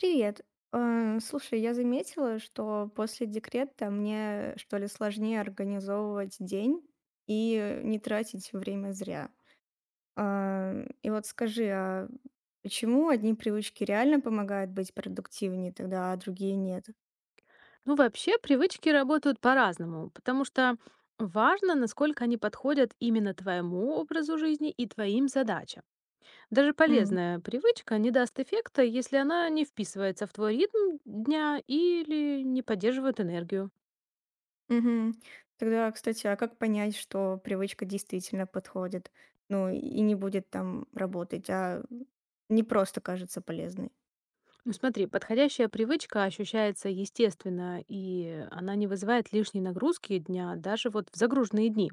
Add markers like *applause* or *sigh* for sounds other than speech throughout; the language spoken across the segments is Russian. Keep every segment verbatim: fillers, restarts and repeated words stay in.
Привет. Э, Слушай, я заметила, что после декрета мне, что ли, сложнее организовывать день и не тратить время зря. А, И вот скажи, а почему одни привычки реально помогают быть продуктивнее тогда, а другие нет? Ну, вообще, привычки работают по-разному, потому что важно, насколько они подходят именно твоему образу жизни и твоим задачам. Даже М, полезная привычка не даст эффекта, если она не вписывается в твой ритм дня или не поддерживает энергию. мгм. Тогда, кстати, а как понять, что привычка действительно подходит, ну и не будет там работать, а не просто кажется полезной? Ну, смотри, подходящая привычка ощущается естественно, и она не вызывает лишней нагрузки дня даже вот в загруженные дни.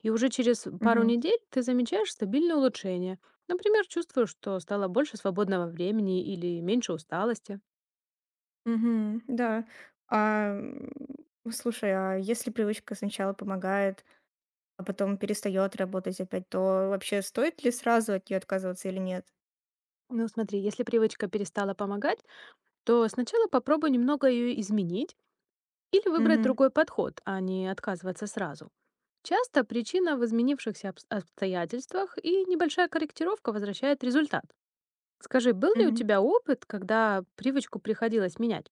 И уже через пару недель ты замечаешь стабильное улучшение. Например, чувствуешь, что стало больше свободного времени или меньше усталости. Мгм. Да. А, м, слушай, а если привычка сначала помогает, а потом перестает работать опять, то вообще стоит ли сразу от нее отказываться или нет? Ну, смотри, если привычка перестала помогать, то сначала попробуй немного ее изменить или выбрать Мгм. другой подход, а не отказываться сразу. Часто причина в изменившихся обс- обстоятельствах и небольшая корректировка возвращает результат. Скажи, был ли у Мгм. тебя опыт, когда привычку приходилось менять?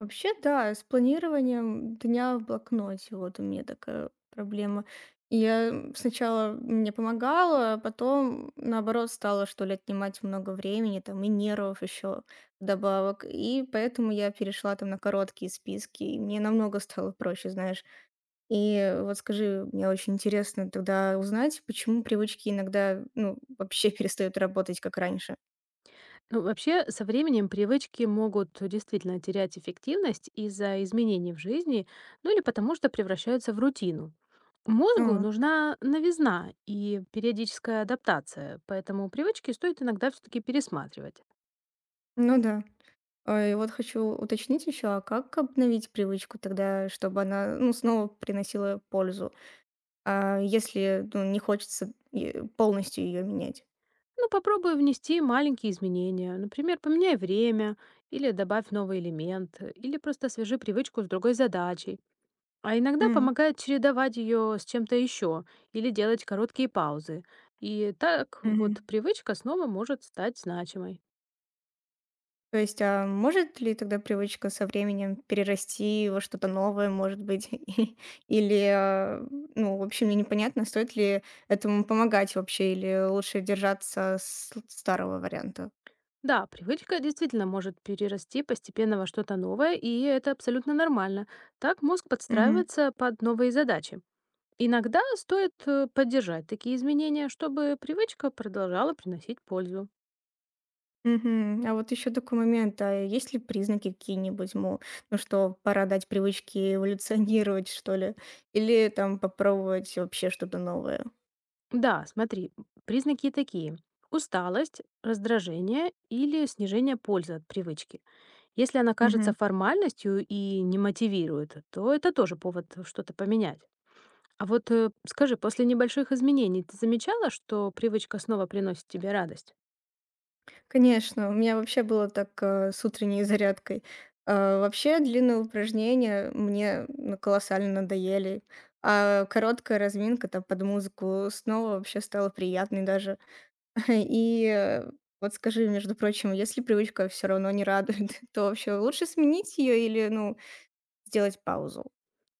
Вообще, да, с планированием дня в блокноте вот у меня такая проблема. Я м, сначала мне помогала, а потом, наоборот, стала, что ли, отнимать много времени, там, и нервов еще добавок. И поэтому я перешла там на короткие списки, и мне намного стало проще, знаешь. И вот скажи, мне очень интересно тогда узнать, почему привычки иногда, ну, вообще *laughs* перестают работать, как раньше. Ну, вообще, со временем привычки могут действительно терять эффективность из-за изменений в жизни, ну или потому что превращаются в рутину. Мозгу А, нужна новизна и периодическая адаптация, поэтому привычки стоит иногда все-таки пересматривать. ну да. А, И вот хочу уточнить еще, а как обновить привычку тогда, чтобы она, ну, снова приносила пользу, а если, ну, не хочется э, полностью ее менять? Ну, попробуй внести маленькие изменения, например, поменяй время, или добавь новый элемент, или просто свяжи привычку с другой задачей. А иногда М, помогает чередовать ее с чем-то еще или делать короткие паузы. И так вот мгм. привычка снова может стать значимой. То есть, а может ли тогда привычка со временем перерасти во что-то новое, может быть? *laughs* И- Или, а, ну, в общем, мне непонятно, стоит ли этому помогать вообще, или лучше держаться с старого варианта? Да, привычка действительно может перерасти постепенно во что-то новое, и это абсолютно нормально. Так мозг Мгм. подстраивается под новые задачи. Иногда стоит э, поддержать такие изменения, чтобы привычка продолжала приносить пользу. Мгм. А вот еще такой момент, а есть ли признаки какие-нибудь, мол, ну что, пора дать привычке эволюционировать, что ли? Или там попробовать вообще что-то новое? Да, смотри, признаки такие. Усталость, раздражение или снижение пользы от привычки. Если она кажется формальностью и не мотивирует, то это тоже повод э, что-то поменять. А вот э, скажи, после небольших изменений ты замечала, что привычка снова приносит тебе радость? Конечно, у меня вообще было так, э, с утренней зарядкой. Э, вообще длинные упражнения мне, ну, колоссально надоели, а короткая разминка там под музыку снова вообще стала приятной даже. *laughs* И, э, вот скажи, между прочим, если привычка все равно не радует, *laughs* то вообще лучше сменить ее или, ну, сделать паузу?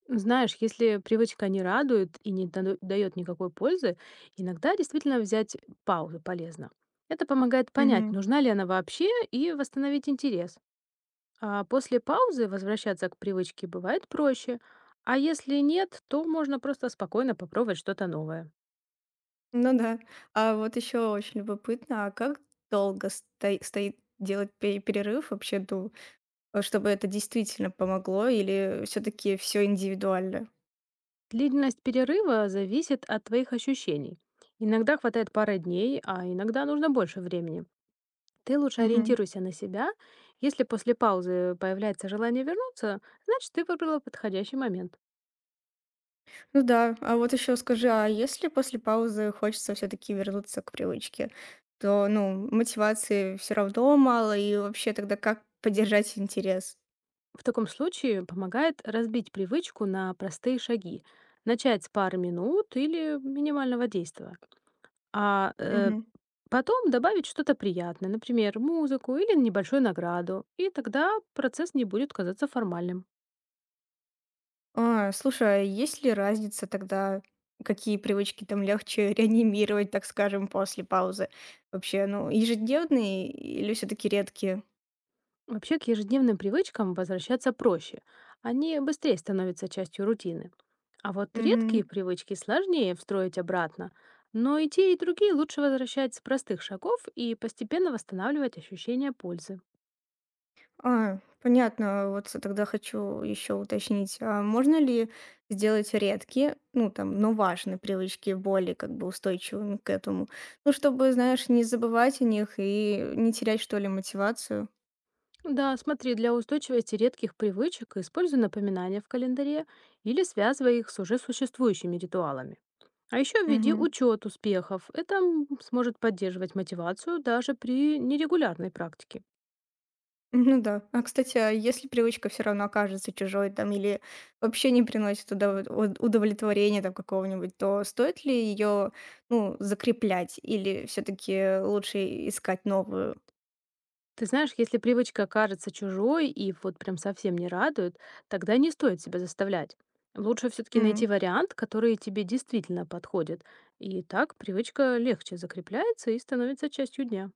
Знаешь, если привычка не радует и не дает никакой пользы, иногда действительно взять паузу полезно. Это помогает понять, Мгм. нужна ли она вообще, и восстановить интерес. А после паузы возвращаться к привычке бывает проще, а если нет, то можно просто спокойно попробовать что-то новое. Ну да. А вот еще очень любопытно, а как долго сто стоит делать пе перерыв вообще до Э, чтобы это действительно помогло или все таки все индивидуально? Длительность перерыва зависит от твоих ощущений. Иногда хватает пары дней, а иногда нужно больше времени. Ты лучше Мгм. ориентируйся на себя. Если после паузы появляется желание вернуться, значит, ты выбрала подходящий момент. Ну да, а вот еще скажи, а если после паузы хочется все таки вернуться к привычке, то, ну, мотивации все равно мало, и вообще тогда как поддержать интерес? В таком случае помогает разбить привычку на простые шаги. Начать с пары минут или минимального действия. А э, Мгм. Потом добавить что-то приятное, например, музыку или небольшую награду. И тогда процесс не будет казаться формальным. А, слушай, а есть ли разница тогда, какие привычки там легче *laughs* реанимировать, так скажем, после паузы? Вообще, ну, ежедневные или все таки редкие? Вообще к ежедневным привычкам возвращаться проще. Они быстрее становятся частью рутины. А вот редкие Мгм. привычки сложнее встроить обратно. Но и те, и другие лучше возвращать с простых шагов и постепенно восстанавливать ощущение пользы. А, понятно. Вот с- тогда хочу еще уточнить, а можно ли сделать редкие, ну там, но важные привычки более как бы устойчивыми к этому? Ну, чтобы, знаешь, не забывать о них и не терять, что ли, мотивацию. Да, смотри, для устойчивости редких привычек используй напоминания в календаре или связывай их с уже существующими ритуалами. А еще введи Мгм. учет успехов. Это м, сможет поддерживать мотивацию даже при нерегулярной практике. Ну да. А, кстати, а если привычка все равно окажется чужой там или вообще не приносит удов- уд- удовлетворения там какого-нибудь, то стоит ли ее, ну, закреплять или все-таки лучше искать новую? Ты знаешь, если привычка кажется чужой и вот прям совсем не радует, тогда не стоит себя заставлять. Лучше все-таки найти вариант, который тебе действительно подходит. И так привычка легче закрепляется и становится частью дня.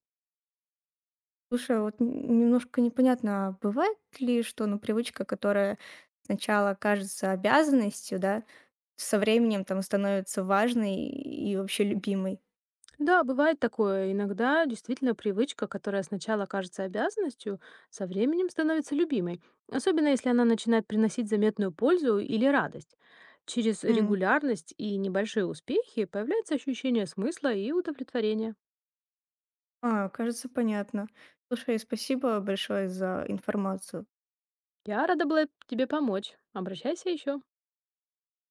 Слушай, а вот н- немножко непонятно, а бывает ли, что ну, привычка, которая сначала кажется обязанностью, да, со временем там становится важной и вообще любимой? Да, бывает такое. Иногда действительно привычка, которая сначала кажется обязанностью, со временем становится любимой. Особенно если она начинает приносить заметную пользу или радость. Через М, регулярность и небольшие успехи появляется ощущение смысла и удовлетворения. А, кажется, понятно. Слушай, спасибо большое за информацию. Я рада была тебе помочь. Обращайся еще.